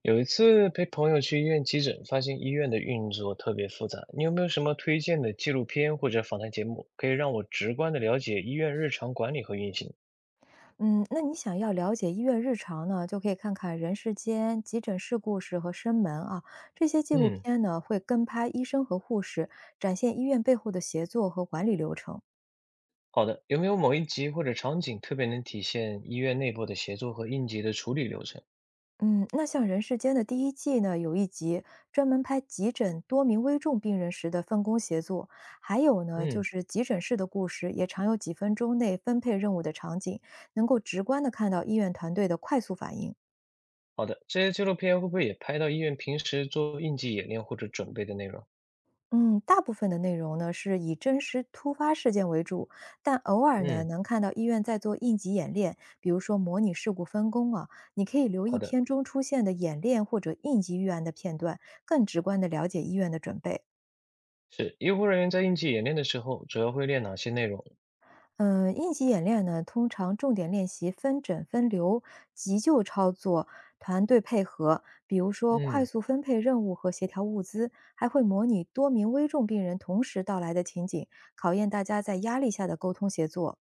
有一次陪朋友去医院急诊，发现医院的运作特别复杂。你有没有什么推荐的纪录片或者访谈节目，可以让我直观的了解医院日常管理和运行？嗯，那你想要了解医院日常呢，就可以看看《人世间》《急诊室故事》和《生门》啊，这些纪录嗯，片呢会跟拍医生和护士，展现医院背后的协作和管理流程。好的。有没有某一集或者场景特别能体现医院内部的协作和应急的处理流程？嗯，那像《人世间》的第一季呢，有一集专门拍急诊多名危重病人时的分工协作，还有呢就嗯，是急诊室的故事，也常有几分钟内分配任务的场景，能够直观的看到医院团队的快速反应。好的。这些纪录片会不会也拍到医院平时做应急演练或者准备的内容？嗯，大部分的内容呢是以真实突发事件为主，但偶尔呢嗯，能看到医院在做应急演练，比如说模拟事故分工啊，你可以留意好的。片中出现的演练或者应急预案的片段，更直观地了解医院的准备。是，医护人员在应急演练的时候，主要会练哪些内容？嗯，应急演练呢，通常重点练习分诊分流、急救操作、团队配合，比如说快嗯。速分配任务和协调物资，还会模拟多名危重病人同时到来的情景，考验大家在压力下的沟通协作。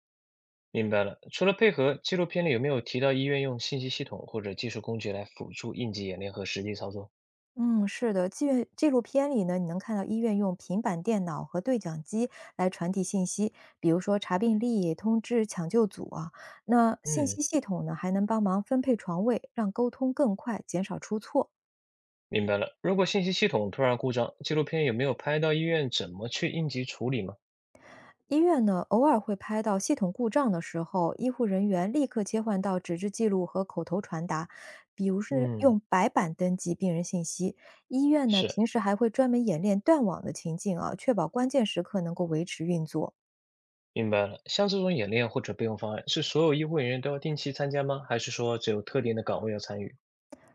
明白了。除了配合，纪录片里有没有提到医院用信息系统或者技术工具来辅助应急演练和实际操作？嗯，是的，纪录片里呢，你能看到医院用平板电脑和对讲机来传递信息，比如说查病历、通知抢救组啊。那信嗯，息系统呢，还能帮忙分配床位，让沟通更快，减少出错。明白了。如果信息系统突然故障，纪录片有没有拍到医院怎么去应急处理吗？医院呢，偶尔会拍到系统故障的时候，医护人员立刻切换到纸质记录和口头传达，比如是嗯，用白板登记病人信息。医院呢，是，平时还会专门演练断网的情境啊，确保关键时刻能够维持运作。明白了。像这种演练或者备用方案，是所有医护人员都要定期参加吗？还是说只有特定的岗位要参与？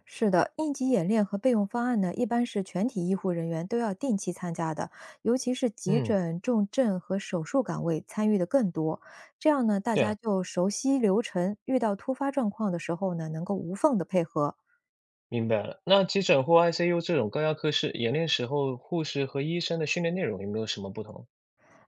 是的，应急演练和备用方案呢，一般是全体医护人员都要定期参加的，尤其是急嗯，诊、重症和手术岗位参与的更多。这样呢，大对家啊，就熟悉流程，遇到突发状况的时候呢，能够无缝的配合。明白了，那急诊或 ICU 这种高压科室演练时候，护士和医生的训练内容有没有什么不同？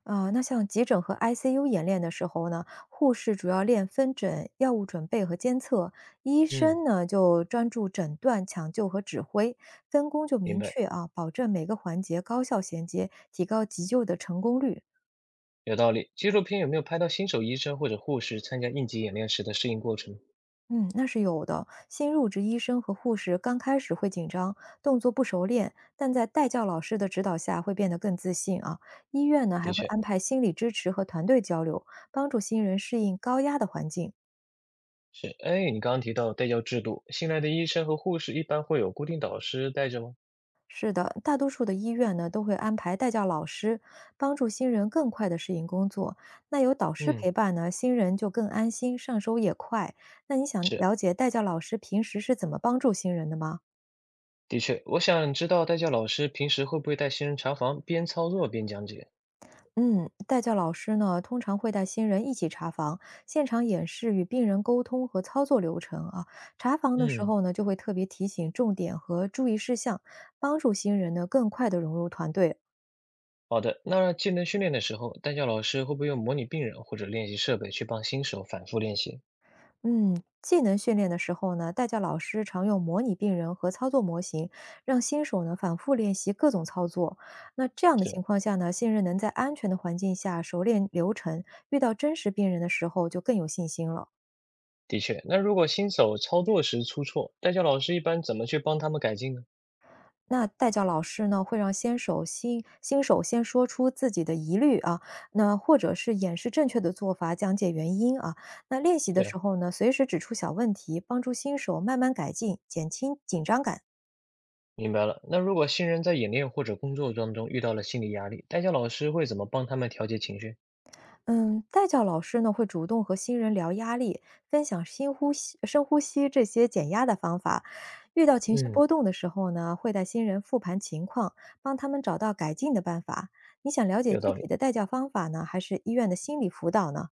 啊，那像急诊和 ICU 演练的时候呢，护士主要练分诊、药物准备和监测，医嗯，生呢就专注诊断、抢救和指挥，分工就明明白。确啊，保证每个环节高效衔接，提高急救的成功率。有道理。纪录片有没有拍到新手医生或者护士参加应急演练时的适应过程？嗯，那是有的。新入职医生和护士刚开始会紧张，动作不熟练，但在带教老师的指导下会变得更自信啊。医院呢还的会确安排心理支持和团队交流，帮助新人适应高压的环境。是。哎，你刚刚提到带教制度，新来的医生和护士一般会有固定导师带着吗？是的，大多数的医院呢都会安排带教老师，帮助新人更快的适应工作。那有导师嗯，陪伴呢，新人就更安心，上手也快。那你想是，了解带教老师平时是怎么帮助新人的吗？的确。我想知道带教老师平时会不会带新人查房，边操作边讲解？嗯，带教老师呢通常会带新人一起查房，现场演示与病人沟通和操作流程啊。查房的时嗯，候呢，就会特别提醒重点和注意事项，帮助新人呢更快的融入团队。好的。那技能训练的时候，带教老师会不会用模拟病人或者练习设备去帮新手反复练习？嗯，技能训练的时候呢，代教老师常用模拟病人和操作模型，让新手呢反复练习各种操作。那这样的情是，况下呢，新人能在安全的环境下熟练流程，遇到真实病人的时候就更有信心了。的确。那如果新手操作时出错，带教老师一般怎么去帮他们改进呢？那代教老师呢，会让新手先说出自己的疑虑啊，那或者是演示正确的做法，讲解原因啊。那练习的时对。候呢，随时指出小问题，帮助新手慢慢改进，减轻紧张感。明白了。那如果新人在演练或者工作当中遇到了心理压力，代教老师会怎么帮他们调节情绪？嗯，代教老师呢会主动和新人聊压力，分享深呼吸这些减压的方法。遇到情绪嗯，波动的时候呢，会带新人复盘情况，帮他们找到改进的办法。你想了解有具道体理。的代教方法呢，还是医院的心理辅导呢？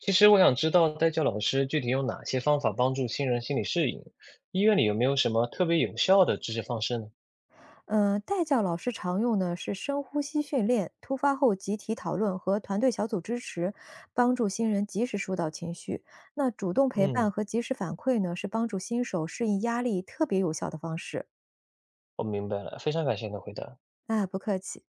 其实我想知道代教老师具体有哪些方法帮助新人心理适应，医院里有没有什么特别有效的支持方式呢？嗯，代教老师常用呢是深呼吸训练、突发后集体讨论和团队小组支持，帮助新人及时疏导情绪。那主动陪伴嗯，和及时反馈呢，是帮助新手适应压力特别有效的方式。我明白了，非常感谢你的回答。啊，不客气。